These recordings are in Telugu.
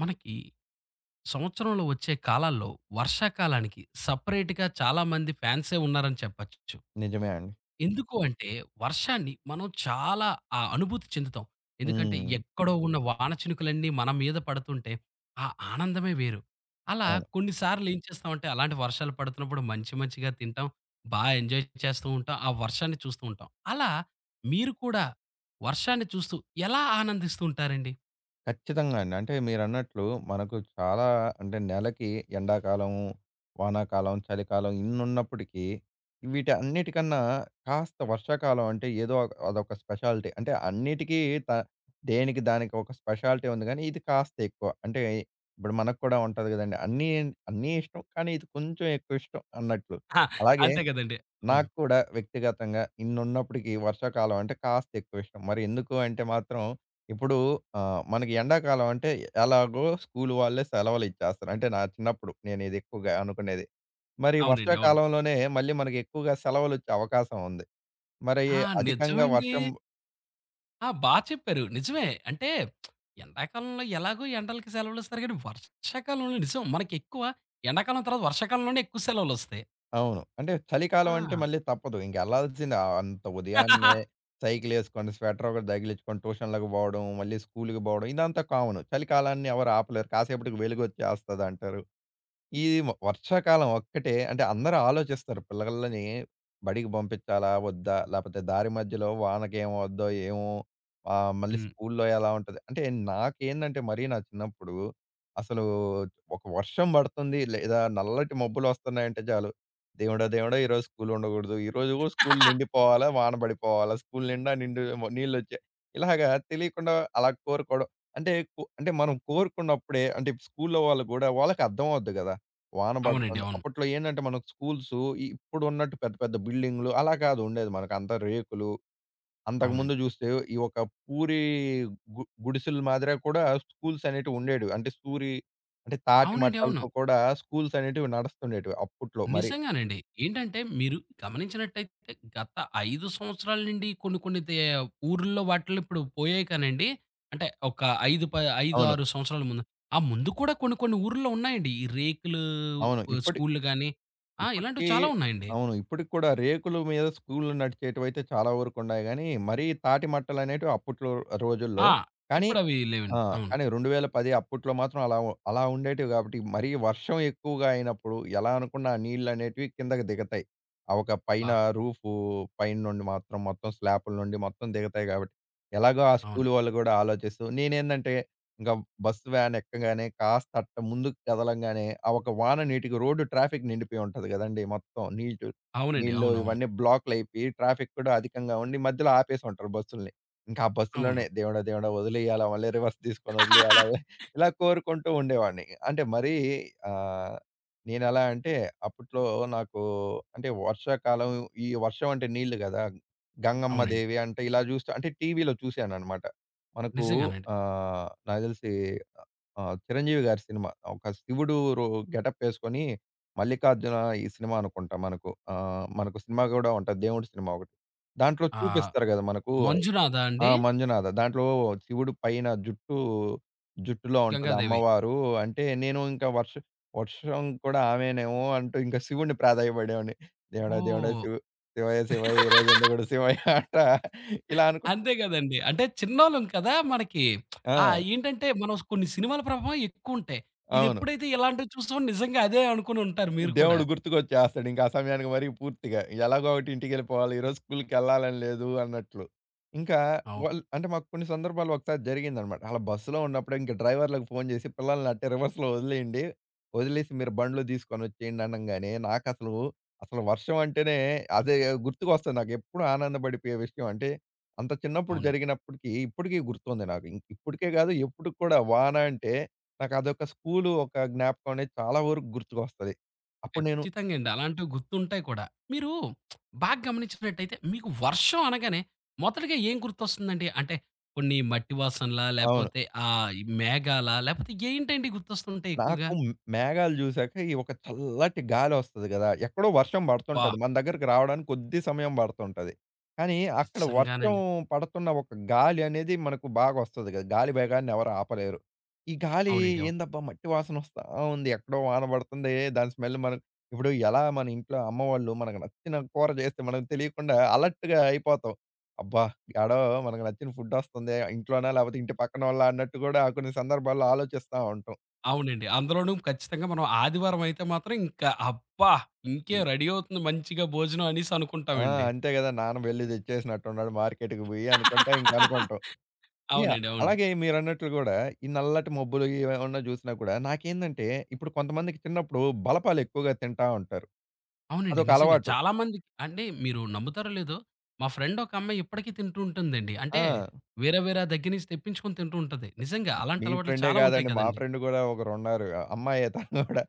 మనకి సంవత్సరంలో వచ్చే కాలాల్లో వర్షాకాలానికి సపరేట్‌గా చాలామంది ఫ్యాన్సే ఉన్నారని చెప్పచ్చు. నిజమే అండి. ఎందుకు అంటే వర్షాన్ని మనం చాలా అనుభూతి చెందుతాం. ఎందుకంటే హ్మ్. ఎక్కడో ఉన్న వాన చినుకులన్నీ మన మీద పడుతుంటే ఆ ఆనందమే వేరు. అలా అవును. కొన్ని సార్లు ఏం చేస్తామంటే అలాంటి వర్షాలు పడుతున్నప్పుడు మంచి మంచిగా తింటాం. బా ఎంజాయ్ చేస్తూ ఉంటాం. ఆ వర్షాన్ని చూస్తూ ఉంటాం. అలా మీరు కూడా వర్షాన్ని చూస్తూ ఎలా ఆనందిస్తూ ఉంటారండి? ఖచ్చితంగా అండి. అంటే మీరన్నట్లు మనకు చాలా అంటే నెలకి ఎండాకాలం, వానాకాలం, చలికాలం ఇన్నున్నప్పటికీ వీటి అన్నిటికన్నా కాస్త వర్షాకాలం అంటే ఏదో ఒక- అదొక స్పెషాలిటీ. అంటే అన్నిటికీ త దేనికి దానికి ఒక స్పెషాలిటీ ఉంది గానీ ఇది కాస్త ఎక్కువ. అంటే ఇప్పుడు మనకు కూడా ఉంటది గదండీ. అన్నీ అన్నీ ఇష్టం కానీ ఇది కొంచెం ఎక్కువ ఇష్టం అన్నట్లు. ఆ! అలాగే అంతే కదండీ! అవును. నాకు కూడా వ్యక్తిగతంగా ఇన్నున్నప్పటికీ వర్షాకాలం అంటే కాస్త ఎక్కువ ఇష్టం. మరి ఎందుకు అంటే మాత్రం ఇప్పుడు మనకి ఎండాకాలం అంటే ఎలాగో స్కూల్ వాళ్ళే సెలవులిచ్చేస్తారు. అంటే నా చిన్నప్పుడు నేను ఇది ఎక్కువగా అనుకునేది. మరి అవునండి. అవును. వర్షాకాలంలోనే మళ్ళీ మనకి ఎక్కువగా సెలవులొచ్చే అవకాశం ఉంది. మరి ఆ! అధికంగా నిజమండి. వర్షం ఆ! బా చెప్పారు. నిజమే. అంటే ఎండాకాలంలో ఎలాగో ఎండలకి సెలవులిస్తారు గానీ, వర్షాకాలంలో నిజం మనకెక్కువ ఎండాకాలం తర్వాత వర్షాకాలంలోనే ఎక్కువ సెలవులొస్తాయి. అవును. అంటే చలికాలం అంటే ఆ! మళ్ళీ తప్పదు. ఇంకెళ్ళాల్సిందే. అంత ఉదయాన్నే సైకిలేసుకొని, స్వెటర్ ఒకటి తగిలించుకొని ట్యూషన్‌లకి పోవడం, మళ్ళీ స్కూలుకి పోవడం ఇదంతా కామన్. చలికాలాన్ని ఎవరు ఆపలేరు. కాసేపటికి వెలుగొచ్చేస్తదంటారు. ఈ వ వర్షాకాలం ఒక్కటే అంటే అందరూ ఆలోచిస్తారు పిల్లలని బడికి పంపించాలా? వద్దా? లేపోతే దారి మధ్యలో వానకేమవుద్దో ఏమో? మళ్ళీ హ్మ్. స్కూల్లో ఎలా ఉంటది? అంటే నాకేందంటే మరీ నా చిన్నప్పుడు అసలు ఒక వర్షం పడుతుంది లేదా నల్లటి మబ్బులొస్తున్నాయంటే చాలు. దేవుడా! దేవుడా! ఈరోజు స్కూల్ ఉండకూడదు. ఈరోజు స్కూల్ నిండిపోవాలా? వాన పడిపోవాలా? స్కూల్ నిండా నిండు నీళ్లొచ్చాయి. ఇలాగా తెలియకుండా అలా కోరుకోవడం. అంటే అంటే మనం కోరుకున్నప్పుడే అంటే స్కూల్లో వాళ్ళు గూడా వాళ్ళకి అర్థమవుద్ది గదా! వాన అవునండి. పడుతుంది. అవును. అప్పట్లో ఏందంటే మనకు స్కూల్సు ఇప్పుడున్నట్టు పెద్ద పెద్ద బిల్డింగులు అలా కాదు ఉండేది. మనకంతా రేకులు. అంతకుముందు అవునండి. జూస్తే ఈ ఒక పూరి గుడిసెల మాదిరిగా కూడా స్కూల్స్ అనేటివి ఉండేటివి. అంటే సూరి అంటే తాటి అవునండి. అవును. మట్టాలతో కూడా స్కూల్స్ అనేటివి నడుస్తుండేటివి అప్పట్లో మరి. నిజంగానండి. ఏంటంటే మీరు గమనించినట్టయితే గత 5 సంవత్సరాల నుండి కొన్ని కొన్ని దే ఊర్లలో వాటిల్లో ఇప్పుడు పోయాయి కానండి. అంటే ఒక 5 ప 5, అవును. 6 సంవత్సరాల ముందు. ఆ ముందు కూడా కొన్ని కొన్ని ఊర్లో ఉన్నాయండి. ఈ రేకులు అవును. స్కూల్‌లు గాని ఆ! ఇలాంటివి ఇప్పటికి చాలా ఉన్నాయండి. అవును. ఇప్పటికి కూడా రేకుల మీద స్కూల్‌లు నడిచేటివైతే చాలా వరకు ఉన్నాయి గానీ, మరీ తాటి మట్టలనేటివి అప్పట్లో రోజుల్లో ఆ! కానీ ఇప్పుడవి ఆ! లేవండి. అవును. కానీ 2010 అప్పట్లో మాత్రం అలా ఉండేటివి గాబట్టి, మరీ వర్షం ఎక్కువగా అయినప్పుడు ఎలా అనుకున్నా ఆ నీళ్ళనేటివి కిందకి దిగతాయి. ఆ ఒక ఆ! పైన రూఫు పైన నుండి మాత్రం మొత్తం స్లాపుల నుండి మొత్తం దిగతాయి గాబట్టి, ఎలాగో ఆ అవును. స్కూల్ వాళ్ళు గూడా ఆలోచిస్తూ నేనేందంటే, ఇంక బస్ వ్యాన్ ఎక్కగానే కాస్త అట్ట ముందుకు కదలంగానే, ఆ ఒక వాన నీటికి రోడ్డు ట్రాఫిక్ నిండిపోయి ఉంటది గదండీ! మొత్తం నీటు అవునండి. నీళ్ళు అవునవును. ఇవన్నీ బ్లాక్‌లయిపోయి ట్రాఫిక్ కూడా అధికంగా ఉండి మధ్యలో ఆపేసుంటారు బస్సుల్ని. ఇంకా ఆ అవును. అవును. బస్సులోనే దేవుడా! దేవుడా! వదిలేయాలా మళ్ళీ రివర్స్ తీసుకొని వదిలేయాలా ఇలా కోరుకుంటూ ఉండేవాడిని. అంటే మరీ ఆహ్, నేనెలా అంటే అప్పట్లో నాకు అంటే వర్షాకాలం ఈ వర్షం అంటే నీళ్ళు గదా! గంగమ్మ అవునండి. దేవి అంటే ఇలా జూస్తా అంటే టీవీలో చూశానన్నమాట. మనకు నిజంగానండి. నాకు దెలిసి చిరంజీవి గారి సినిమా ఒక శివుడు రో గెటప్ ఏసుకొని 'మల్లికార్జున' ఈ సినిమా అనుకుంటా మనకు. మనకు సినిమా గూడా ఉంటది. దేవుడి సినిమా ఒకటి. దాంట్లో ఆ! చూపిస్తారు గదా! మనకు మంజునాథ ఆ! అండి? మంజునాథ. దాంట్లో శివుడు పైన జుట్టు జుట్టులో ఉంటది గంగాదేవి. అమ్మవారు. అంటే నేను ఇంకా వర్ష వర్షం కూడా ఆమెనేమో అంటూ ఇంకా శివుడిని ప్రాధేయపడేవాడిని. దేవుడా! దేవుడా! ఓహ్! శివయ్య! శివయ్య! ఈరోజు ఉండకూడదు శివయ్య! ఇలా అనుకో అంతే గదండీ. అంటే చిన్నోళ్ళం కదా! మనకి ఆ! ఏంటంటే మనం కొన్ని సినిమాల ప్రభావం ఎక్కువుంటాయి. అవును. ఇదెప్పుడైతే ఇలాంటివి చూస్తామో నిజంగా అదే అనుకుని ఉంటారు మీరు కూడా. దేవుడు గుర్తుకొచ్చేస్తాడు ఇంకా ఆ సమయానికి మరి పూర్తిగా. ఎలాగో ఒకటి ఇంటికెళ్ళిపోవాలి. ఈరోజు స్కూలుకెళ్ళాలని లేదు అన్నట్లు. ఇంకా అవు వాళ్ళు అంటే మాకు కొన్ని సందర్భాల్లో ఒకసారి జరిగిందనమాట. అలా బస్సులో ఉన్నప్పుడే ఇంక డ్రైవర్‌లకు ఫోను చేసి పిల్లల్ని అట్టే రివర్స్‌లో వదిలేయండి. వదిలేసి మీరు బండ్లో తీసుకొనొచ్చేయండి అనంగానే నాకసలు, అసలు అసలు వర్షం అంటేనే అదే గుర్తుకొస్తది నాకెప్పుడు ఆనందపడిపోయే విషయం. అంటే అంత చిన్నప్పుడు అవునండి. జరిగినప్పటికి ఇప్పటికి గుర్తుంది నాకు. ఇప్పటికే కాదు ఎప్పటికి కూడా వాన అంటే నాకు అదొక స్కూలు ఒక జ్ఞాపకం అనేది చాలా వరకు గుర్తుకొస్తది. అప్పుడు నేను ఖచ్చితంగా అండి. అలాంటివి గుర్తుంటాయి కూడా. మీరు బాగా గమనించినట్టయితే మీకు వర్షం అనగానే మొదటగా ఏం గుర్తొస్తుందండి? అంటే కొన్ని మట్టి వాసనలా? అవును. లేపోతే ఈ మేఘాలా? లేపోతే ఏంటండి గుర్తొస్తుంటాయి ఎక్కువగా? నాకు మేఘాలు జూసాక ఈ ఒక చల్లటి గాలొస్తది గదా! ఎక్కడో వర్షం అబ్బా! పడుతుంటది. మన దగ్గరికి రావడానికి కొద్ది సమయం పడుతుంటది. కానీ అక్కడ వర్షం నిజంగానండి. పడుతున్న ఒక గాలి అనేది మనకు బాగొస్తది గదా! గాలి వేగాన్ని ఎవరు ఆపలేరు. ఈ గాలి అవునండి. అవును. ఏందబ్బా మట్టి వాసనొస్తా ఉంది. ఎక్కడో వాన పడుతుంది. దాని స్మెల్ మనం ఇప్పుడు ఎలా మన ఇంట్లో అమ్మ వాళ్ళు మనకు నచ్చిన కూర జేస్తే మనకు తెలియకుండా అలర్ట్‌గా అయిపోతాం. అబ్బా! యాడో మనకు నచ్చిన ఫుడ్ ఒస్తుంది. ఇంట్లోనా లేకపోతే ఇంటి పక్కనోళ్ళా అన్నట్టు గూడా కొన్ని సందర్భాల్లో ఆలోచిస్తా ఉంటాం. అవునండి. అందులోనూ ఖచ్చితంగా మనం ఆదివారం అయితే మాత్రం ఇంకా అబ్బా! ఇంకేం రెడీ అవుతుంది మంచిగా భోజనం అనేసి ఆ! అనుకుంటామండి. అంతే గదా! నాన్న వెళ్లి తెచ్చేసినట్టున్నాడు మార్కెట్‌కి బోయి అనుకుంటా ఇంక అనుకుంటాం. యాహ్! అవునండి. అవును. అలాగే మీరన్నట్లు గూడా ఈ నల్లటి మబ్బులు ఇవేమన్నా జూసినా కూడా నాకేందంటే ఇప్పుడు కొంతమందికి చిన్నప్పుడు బలపాలెక్కువగా తింటా ఉంటారు. అవునండి. అదొక నిజంగా అలవాటు. చాలా మందికి అంటే మీరు నమ్ముతారో లేదో మా ఫ్రెండ్ ఒక అమ్మాయి ఇప్పటికీ తింటూ ఉంటుందండి. అంటే ఆ! వేరే వేరే దగ్గర నుంచి తెప్పించుకొని తింటూ ఉంటది. నిజంగా అలాంటి మీ అలవాట్లు ఫ్రెండే చాలా ఉంటాయి గాదండి. మా కదండీ. ఫ్రెండ్ గూడా ఒకరున్నారు. అమ్మాయే తను గూడా.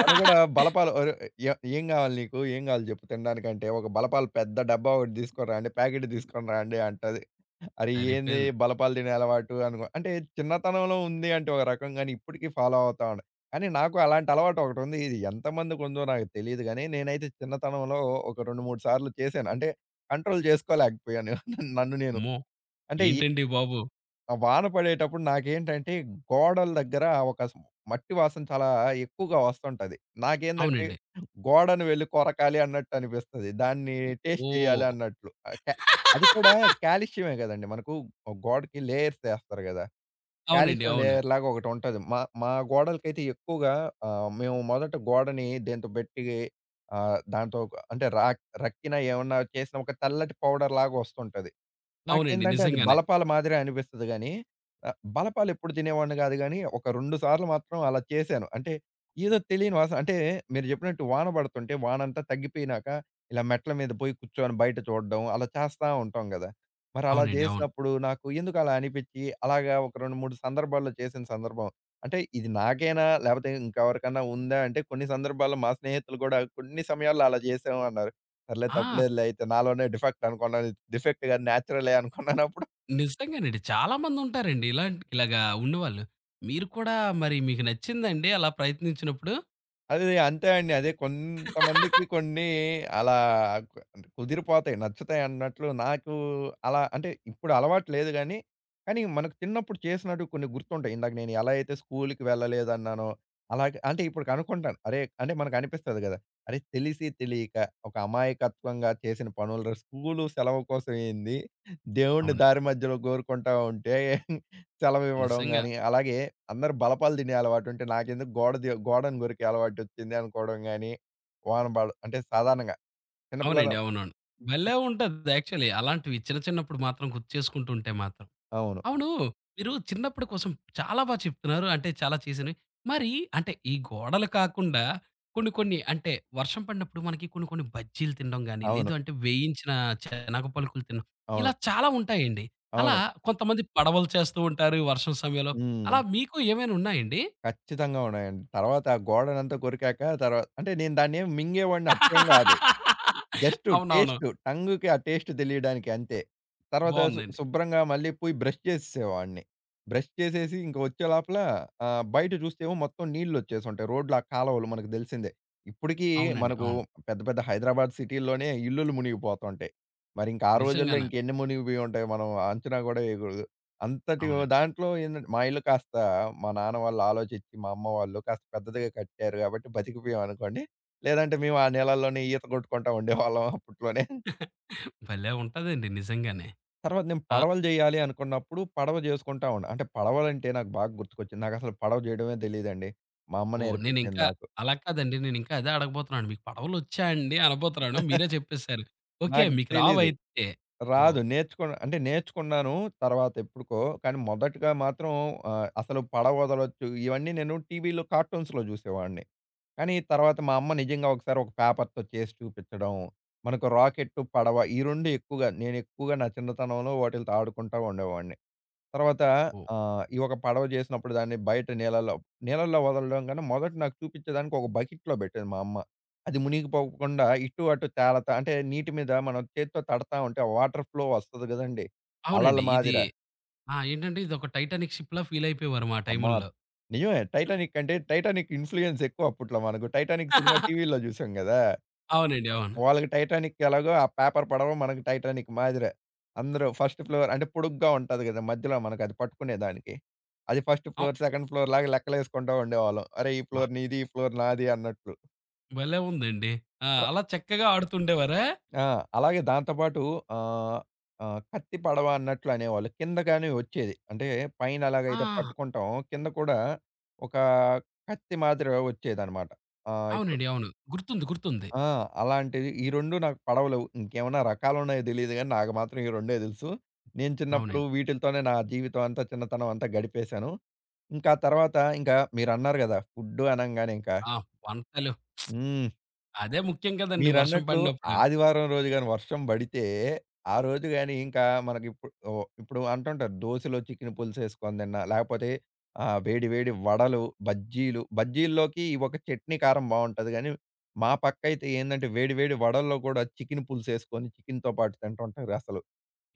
తను గూడా బలపాలు ఒరే ఎ ఏం గావాలి నీకు? ఏం గావాలి జెప్పు తినడానికంటే ఒక బలపాలు పెద్ద డబ్బా ఒకటి దీసుకొని రా అండి. ప్యాకెట్ దీసుకొని రా అండి అంటది. అరే! ఏంది సరిపోయింది. బలపాలు తినే అలవాటు అనుకో అంటే చిన్నతనంలో ఉంది అంటే ఒక రకం గాని ఇప్పటికి ఫాలో అవుతా ఉండ. కానీ నాకు అలాంటి అలవాటు ఒకటుంది. ఇది ఎంతమందికుందో నాకు తెలీదు గానీ, నేనైతే చిన్నతనంలో ఒక 2, 3 సార్లు చేశాను. అంటే కంట్రోల్ చేసుకోలేకపోయాను నన్ను నేను. అమ్మో! అంటే ఈ ఏంటండి బాబు? ఆ వాన పడేటప్పుడు నాకేంటంటే గోడల దగ్గర ఒక స్ మట్టి వాసన చాలా ఎక్కువగా వస్తుంటది. నాకేందంటే అవునండి. గోడను వెళ్లి కొరకాలి అన్నట్టు అనిపిస్తది. దాన్ని ఓ టేస్ట్ చేయాలి అన్నట్లు. ఆహ్, క అది కూడా ఓహ్! కాలుష్యమే గదండీ! మనకు ఒక గోడకి లేయర్స్ ఏస్తారు గదా! అవునండి. కాలుష్యం అవును. లేయర్ లాగా ఒకటుంటది. మా మా గోడలకైతే ఎక్కువగా మేము మొదట గోడని దేనితో బెట్టి దాంతో ఒక- అంటే రక్కిన ఏమన్నా చేసిన ఒక తెల్లటి పౌడర్ లాగా వస్తుంటది. అవునండి. నాకేంటంటే అది నిజంగానే. బలపాల మాదిరే అనిపిస్తది గానీ, బలపాలు ఎప్పుడు తినేవాడిని గాదు గానీ, ఒక 2 సార్లు మాత్రం అలా చేశాను. అంటే ఏదో తెలియని వాసన అంటే మీరు జెప్పినట్టు వాన బడుతుంటే వానంతా తగ్గిపోయినాక, ఇలా మెట్ల మీద పోయి కూర్చొని బయట చూడడం అలా చేస్తా ఉంటాం గదా! మరి అలా అవునండి. అవును. జేసినప్పుడు నాకు ఎందుకు అలా అనిపిచ్చి, అలాగా ఒక 2, 3 సందర్భాల్లో చేసిన సందర్భం అంటే ఇది నాకేనా? లేపోతే ఇంకెవరికన్నా ఉందా? అంటే కొన్ని సందర్భాల్లో మా స్నేహితులు గూడా కొన్ని సమయాల్లో అలా జేశాము అన్నారు. సర్లే ఆ! తప్పులేదులే అయితే. నాలోనే డిఫెక్ట్ అనుకున్నాను. డిఫెక్ట్ కాదు న్యాచురలే అనుకున్నానప్పుడు. నిజంగానండి. చాలా మందుంటారండి ఇలాంటి ఇలాగా ఉన్నవాళ్ళు. మీరు కూడా మరి మీకు నచ్చిందండి అలా ప్రయత్నించినప్పుడు? అది అంతే అండి. అదే కొంతమందికి కొన్ని అలా అంటే కుదిరిపోతాయి. నచ్చుతాయి అన్నట్లు నాకు అలా అంటే ఇప్పుడు అలవాటు లేదు గానీ, కానీ మనకు చిన్నప్పుడు చేసినట్టు కొన్ని గుర్తుంటాయి. ఇందాక నేను ఎలా అయితే స్కూలుకి వెళ్ళలేదన్నానో, అలాగే అంటే ఇప్పటికి అనుకుంటాను. అరే! అంటే మనకు అనిపిస్తది గదా! అరే! తెలిసి తెలియక ఒక అమాయకత్వంగా చేసిన పనులు స్కూలు సెలవు కోసం ఏంది? దేవుడిని అవును. దారి మధ్యలో గోరుకుంటా ఉంటే సెలవివ్వడం నిజంగా. గాని, అలాగే అందరూ బలపాలు తినే అలవాటుంటే నాకెందుకు గోడను కొరికే అలవాటొచ్చింది అనుకోవడం గాని, వాన పడ అంటే సాధారణంగా చిన్న అవునండి. పిల్లలు అవునవును. భలే ఉంటది యాక్చువల్లీ. అలాంటివి చిన్న చిన్నప్పుడు మాత్రం గుర్తు చేసుకుంటూ ఉంటే మాత్రం. అవును. అవును. మీరు చిన్నప్పుడు కోసం చాలా బా చెప్తున్నారు. అంటే చాలా చేసినవి. మరి అంటే ఈ గోడలు కాకుండా కొన్ని కొన్ని అంటే వర్షం పడినప్పుడు మనకి కొన్ని కొన్ని బజ్జీలు తినడం గాని, లేదు అవును. అంటే వేయించిన శనగ పలుకులు తినడం ఇలా అవును. చాలా ఉంటాయండి. అలా అవును. కొంతమంది పడవలు చేస్తూ ఉంటారు వర్షం సమయంలో. హ్మ్. అలా మీకు ఏమైనా ఉన్నాయండి? ఖచ్చితంగా ఉన్నాయండి. తర్వాత ఆ గోడనంతా కొరికాక అంటే నేను దాన్నేమి మింగేవాడిని అట్లేం గాదు. జస్టు అవునవును. టేస్టు. టంగుకి ఆ టేస్ట్ తెలియడానికి అంతే. తర్వాత బావుందండి. శుభ్రంగా మళ్ళీ పోయి బ్రష్ చేసేసేవాడిని. బ్రష్ చేసేసి ఇంక వచ్చే లోపల బయట చూస్తేమో మొత్తం నీళ్లొచ్చేసుంటాయి. రోడ్లు ఆ కాలువలు మనకు తెలిసిందే. ఇప్పటికీ అవునండి. మనకు అవును. పెద్ద పెద్ద హైదరాబాద్ సిటీల్లోనే ఇల్లులు మునిగిపోతుంటాయి. మరి ఇంకా ఆ రోజుల్లో నిజంగానే. ఇంకెన్ని మునిగిపోయి ఉంటాయి మనం అంచనా కూడా వేయకూడదు. అంతటి అవునండి. దాంట్లో ఏందంటే మా ఇల్లు కాస్త మా నాన్న వాళ్ళు ఆలోచించి, మా అమ్మ వాళ్ళు కాస్త పెద్దదిగా కట్టారు కాబట్టి బతికిపోయామనుకోండి. లేదంటే మేము ఆ నీళ్ళల్లోనే ఈత కొట్టుకుంటా ఉండేవాళ్ళం అప్పట్లోనే. భలే ఉంటదండి నిజంగానే. తర్వాత నేను ఆ! పడవలు జేయాలి అనుకున్నప్పుడు పడవ జేసుకుంటా ఉన్నా. అంటే పడవలంటే నాకు బాగా గుర్తుకొచ్చింది. నాకసలు పడవ జేయడమే తెలీదండి. మా అమ్మ ఓహ్! నేర్పించింది నేనింకా నాకు. అలా కాదండి. నేనింకా అదే అడగబోతున్నాను. మీకు పడవలొచ్చా అండి అనబోతున్నాను. మీరే చెప్పేసారు. ఓకే. నాకు మీకు తెలీదు. రావయితే. ఓహ్! రాదు. నేర్చుకున్న అంటే నేర్చుకున్నాను తర్వాత ఎప్పుడుకో. కానీ మొదటగా మాత్రం అసలు పడవ వదలొచ్చు ఇవన్నీ నేను టీవీలో కార్టూన్స్‌లో జూసేవాడిని. కానీ తర్వాత మా అమ్మ నిజంగా ఒకసారి ఒక పేపర్‌తో చేసి చూపించడం, మనకు రాకెట్టు, పడవ ఈ 2 ఎక్కువగా నేను ఎక్కువగా నా చిన్నతనంలో వాటిలతో ఆడుకుంటా ఉండేవాడిని. తర్వాత ఓహ్! ఈ ఒక పడవ చేసినప్పుడు దాన్ని బయట నీళ్ళలో నీళ్ళలో వదలడం కన్నా మొదట నాకు చూపించేదానికి ఒక బకెట్‌లో పెట్టేది మా అమ్మ. అది మునిగిపోకుండా ఇటు అటు తేలతా అంటే నీటి మీద మనం చేత్తో తడతా ఉంటే ఆ వాటర్ ఫ్లో వస్తది గదండీ! అలల అవునండి. ఇది మాదిర. ఆ! ఏంటంటే ఇదొక 'టైటానిక్' షిప్‌లా ఫీల్ అయిపోయేవారు మా అమ్మా! టైముల్లో. నిజమే. 'టైటానిక్' అంటే 'టైటానిక్' ఇన్‌ఫ్లుయెన్స్ ఎక్కువ అప్పట్లో మనకు. 'టైటానిక్' సినిమా టీవీలో జూసాం గదా! అవునండి. అవును. వాళ్ళకి 'టైటానిక్' ఎలాగో ఆ పేపర్ పడవ మనకి 'టైటానిక్' మాదిరే. అందరూ ఫస్ట్ ఫ్లోర్ అంటే పొడుగ్గా ఉంటది గదా! మధ్యలో మనకది పట్టుకునేదానికి. అది ఫస్ట్ అవ్ ఫ్లోర్, సెకండ్ ఫ్లోర్ లాగా లెక్కలేసుకుంటా ఉండేవాళ్ళం. అరే! ఈ అబ్బా! ఫ్లోర్ నీది, ఈ ఫ్లోర్ నాది అన్నట్లు. భలే ఉందండి. ఆ! అలా చక్కగా ఆడుతుండేవారా? ఆ! అలాగే దాంతో పాటు ఆహ్, ఆహ్, కత్తి పడవ అన్నట్లు అనేవాళ్ళు. కింద గాని వచ్చేది. అంటే పైన ఎలాగైతే ఆ! పట్టుకుంటామో కింద కూడా ఒక కత్తి మాదిరిగా వచ్చేదన్నమాట. ఇప్పుడు అవునండి. అవును. గుర్తుంది. గుర్తుంది. ఆ! అలాంటివి. ఈ 2 నాకు పడవలేవు. ఇంకేమన్నా రకాలున్నాయో తెలీదు గానీ, నాకు మాత్రం ఈ రెండే తెలుసు. నేను చిన్నప్పుడు అవునండి. వీటిలతోనే నా జీవితం అంతా, చిన్నతనం అంతా గడిపేశాను. ఇంకా తర్వాత ఇంకా మీరన్నారు గదా! ఫుడ్డు అనంగానే ఇంకా ఆ! వంటలు హ్మ్. అదే ముఖ్యం కదండీ వర్షం మీరన్నట్లు పడినప్పుడు. ఆదివారం రోజు గాని వర్షం బడితే, ఆ రోజు గాని ఇంకా మనకిప్పుడు ఓహ్! ఇప్పుడు అంటుంటారు దోసలో చికెను పులుసేసుకొని తిన్నా, లేకపోతే వేడి వేడి వడలు, బజ్జీలు, బజ్జీల్లోకి ఈ ఒక చట్నీ కారం బావుంటది గానీ, మా పక్కయితే ఏందంటే వేడి వేడి వడల్లో కూడా చికెను పులుసేసుకొని చికెనుతో పాటు తింటుంటారు. అసలు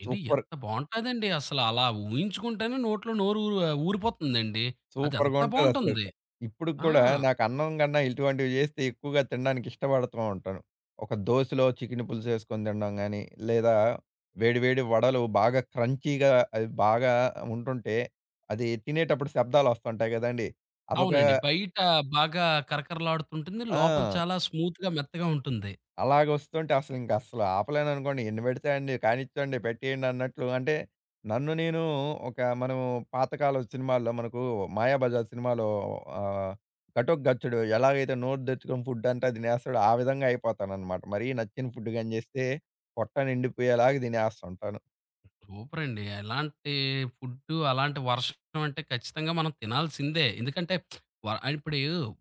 ఏండి సూపర్ ఎంత బావుంటాదండి అసల. అలా ఊహించుకుంటేనే నోట్లో నోరు ఊరిపోతుందండి. అది సూపర్‌గా అంత ఉంటదసలు. బావుంటుంది. ఇప్పటికి ఆ! కూడా నాకు అన్నం కన్నా ఇటువంటివి చేస్తే ఎక్కువగా తినడానికి ఇష్టపడుతూ ఉంటాను. ఒక దోసలో చికెను పులుసు ఏసుకొని తినడం గాని, లేదా వేడి వేడి వడలు బాగా క్రంచీగా అవి బాగా ఉంటుంటే, అది తినేటప్పుడు శబ్దాలొస్తుంటాయి గదండీ! అదొక అవునండి. బయట బాగా కరకరలాడుతుంటుంది. లోపల ఆ! చాలా స్మూత్‌గా, మెత్తగా ఉంటుంది. అలాగొస్తుంటే అసలింక అసలు ఆపలేననుకోండి. ఎన్ని పెడితే అన్ని కానిచ్చేయండి, పెట్టేయండి అన్నట్లు అంటే నన్ను నేను ఒక మనం పాతకాలం సినిమాల్లో మనకు 'మాయాబజార్' సినిమాలో ఆహ్, 'ఘటోత్కచుడు' ఎలాగైతే నోరు తెచ్చుకొని ఫుడ్ అంతా తినేస్తాడో ఆ విధంగా అయిపోతానన్నమాట. మరీ నచ్చిన ఫుడ్ గాని చేస్తే పొట్ట నిండిపోయేలాగా తినేస్తుంటాను. సూపరండి. అలాంటి ఫుడ్డు, అలాంటి వర్షం అంటే ఖచ్చితంగా మనం తినాల్సిందే. ఎందుకంటే వ ఇప్పుడు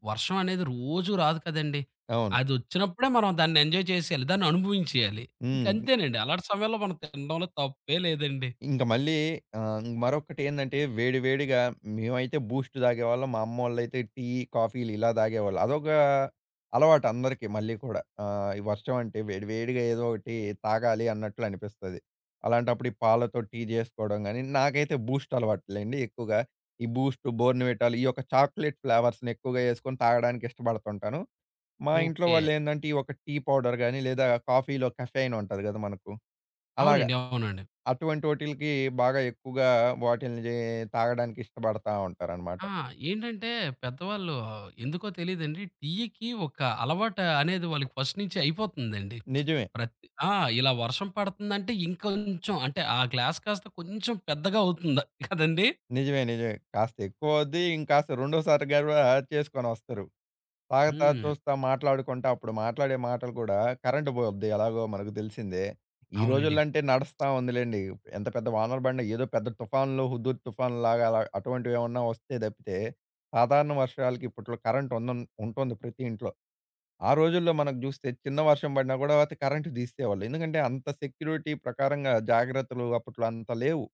వర్షం అనేది రోజు రాదు కదండీ. అవును. అదొచ్చినప్పుడే మనం దాన్ని ఎంజాయ్ చేసేయాలి. దాన్ని అనుభవించేయాలి. హ్మ్. ఇంకంతేనండి. అలాంటి సమయంలో మనం తినడంలో తప్పే లేదండి. ఇంక మళ్ళీ మరొకటేందంటే వేడి వేడిగా మేమైతే బూస్ట్ తాగేవాళ్ళం. మా అమ్మోళ్ళైతే టీ, కాఫీలు ఇలా తాగేవాళ్ళు. అదొక అలవాటు అందరికీ మళ్ళీ కూడా. ఈ వర్షం అంటే వేడి వేడిగా ఏదో ఒకటి తాగాలి అన్నట్లు అనిపిస్తది. అలాంటప్పుడు ఈ పాలతో టీ జేసుకోవడం గాని, నాకైతే బూస్ట్ అలవాట్లేండి ఎక్కువగా. ఈ బూస్ట్, బోర్న్‌విటాలు ఈ యొక్క చాక్లేట్ ఫ్లేవర్స్‌ని ఎక్కువగా ఏసుకొని తాగడానికి ఇష్టపడుతుంటాను. మా ఇంట్లో ఓకే. వాళ్ళేందంటే ఈ ఒక టీ పౌడర్ గాని, లేదా కాఫీలో కెఫెయిన్ ఉంటది గదా! మనకు అలాగ. అవునండి. అవునండి. అటువంటోటిలకి బాగా ఎక్కువగా వాటిల్ని తాగడానికి ఇష్టపడతా ఉంటారనమాట. ఆ! ఏంటంటే పెద్దవాళ్ళు ఎందుకో తెలీదండి. టీకి ఒక అలవాటు అనేది వాళ్ళకి ఫస్ట్ నుంచి అయిపోతుందండి. నిజమే. ప్రతి ఆ! ఇలా వర్షం పడుతుందంటే ఇంకొంచెం అంటే ఆ గ్లాస్ కాస్త కొంచెం పెద్దగా అవుతుంది కదండీ! నిజమే. కాస్త ఎక్కువవుద్ది. ఇంకాస్త రెండోసారి గూడా చేసుకొని వస్తారు. తాగుతా, హ్మ్. చూస్తా, మాట్లాడుకుంటా అప్పుడు మాట్లాడే మాటలు కూడా కరెంట్ పోద్ది ఎలాగో మనకు తెలిసిందే. ఈ అవునండి. రోజుల్లో అంటే నడుస్తా ఉందిలెండి. ఎంత పెద్ద వానల బండ ఏదో పెద్ద తుఫాన్లు, హుదూద్ తుఫాన్‌లాగా అలా అటువంటివేమన్నా వస్తే తప్పితే, సాధారణ వర్షాలకి ఇప్పట్లో కరెంట్ ఉంటుంది ప్రతి ఇంట్లో. ఆ రోజుల్లో మనకు జూస్తే చిన్న వర్షం పడినా గూడా కరెంట్ తీసేసేవాళ్ళు. ఎందుకంటే అంత సెక్యూరిటీ ప్రకారంగా జాగ్రత్తలు అప్పట్లో అంత లేవు.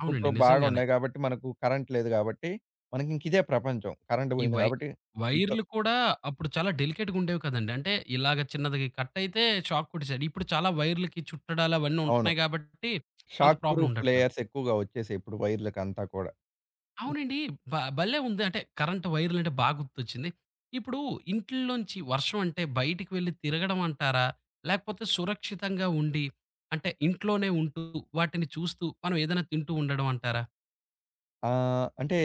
ఇప్పట్లో అవునండి. బాగా నిజంగానే. ఉన్నాయి గాబట్టి మనకు కరెంట్ లేదు గాబట్టి మనకింక ఇదే ప్రపంచం. కరెంట్ ఈ పోయింది వై గాబట్టి ఇంట్లో వైర్‌లు కూడా అప్పుడు చాలా డెలికేట్‌గా ఉండేవి కదండీ. అంటే ఇలాగ చిన్నది కట్ అయితే షాక్ కొట్టేసాడు. ఇప్పుడు చాలా వైర్‌లకి చుట్టడాలు అవన్నీ అవును. ఉంటున్నాయి కాబట్టి అంత షాక్ ప్రాబ్లమ్ ప్రూఫ్ ఉండట్ల. లేయర్స్ ఎక్కువగా వచ్చేసాయి ఇప్పుడు వైర్లకంతా కూడా. అవునండి. భలే ఉంది. అంటే కరెంట్ వైర్‌లంటే బా గుర్తొచ్చింది. ఇప్పుడు ఇంట్లోంచి వర్షం అంటే బయటికి వెళ్లి తిరగడం అంటారా? లేకపోతే సురక్షితంగా ఉండి అంటే ఇంట్లోనే ఉంటూ వాటిని చూస్తూ మనం ఏదైనా తింటూ ఉండడం అంటారా? అంటే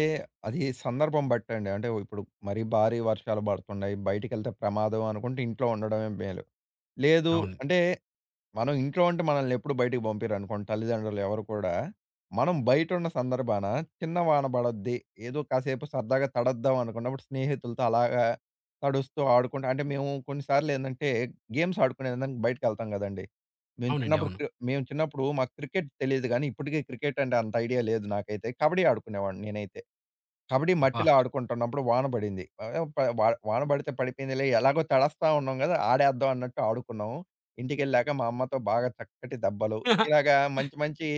అది సందర్భం బట్టండి. అంటే ఇప్పుడు మరీ భారీ వర్షాలు పడుతున్నాయి, బయటికెళ్తే ప్రమాదం అనుకుంటే ఇంట్లో ఉండడమే మేలు. లేదు అవును. అంటే మనం ఇంట్లో ఉంటే మనల్ని ఎప్పుడు బయటికి పంపిరనుకోండి తల్లిదండ్రులు ఎవరు కూడా. మనం బయటున్న సందర్భాన చిన్న వాన పడద్ది, ఏదో కాసేపు సరదాగా తడద్దాం అనుకున్నప్పుడు స్నేహితులతో అలాగా తడుస్తూ ఆడుకుంటూ అంటే మేము కొన్నిసార్లు ఏందంటే గేమ్స్ ఆడుకునేదానికి బయటికెళ్తాం గదండీ! అవునండి. అవును. మేము చిన్నప్పుడు మాకు క్రికెట్ తెలీదు గానీ ఇప్పటికి క్రికెట్ అంటే అంత ఐడియా లేదు నాకైతే. కబడ్డీ ఆడుకునేవాడిని నేనైతే. కబడ్డీ అబ్బా! మట్టిలో ఆడుకుంటున్నప్పుడు వాన పడింది. ఆహ్, ప వా వాన పడితే పడిపోయిందిలే ఎలాగో తడస్తా ఉన్నాం గదా! ఆడేద్దాం అన్నట్టు ఆడుకున్నాము. ఇంటికెళ్ళాక మా అమ్మతో బాగా చక్కటి దెబ్బలు. ఇలాగా మంచి మంచి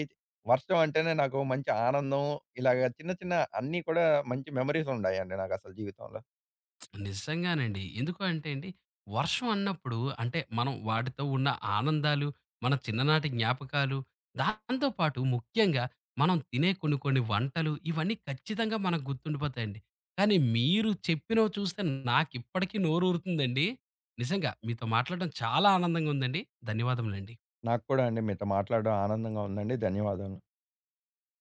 వర్షం అంటేనే నాకు మంచి ఆనందం. ఇలాగ చిన్న చిన్న అన్నీ కూడా మంచి మెమోరీస్ ఉండాయండి నాకసలు జీవితంలో. నిజంగానండి. ఎందుకు అంటే అండి, వర్షం అన్నప్పుడు అంటే మనం వాటితో ఉన్న ఆనందాలు, మన చిన్ననాటి జ్ఞాపకాలు, దాంతో పాటు ముఖ్యంగా మనం తినే కొన్ని కొన్ని వంటలు ఇవన్నీ ఖచ్చితంగా మనకు గుర్తుండిపోతాయండి. కానీ మీరు చెప్పినవి చూస్తే నాకిప్పటికి నోరూరుతుందండి. నిజంగా మీతో మాట్లాడడం చాలా ఆనందంగా ఉందండి. ధన్యవాదములండి. నాకు కూడా అండి మీతో మాట్లాడడం ఆనందంగా ఉందండి. ధన్యవాదాలు.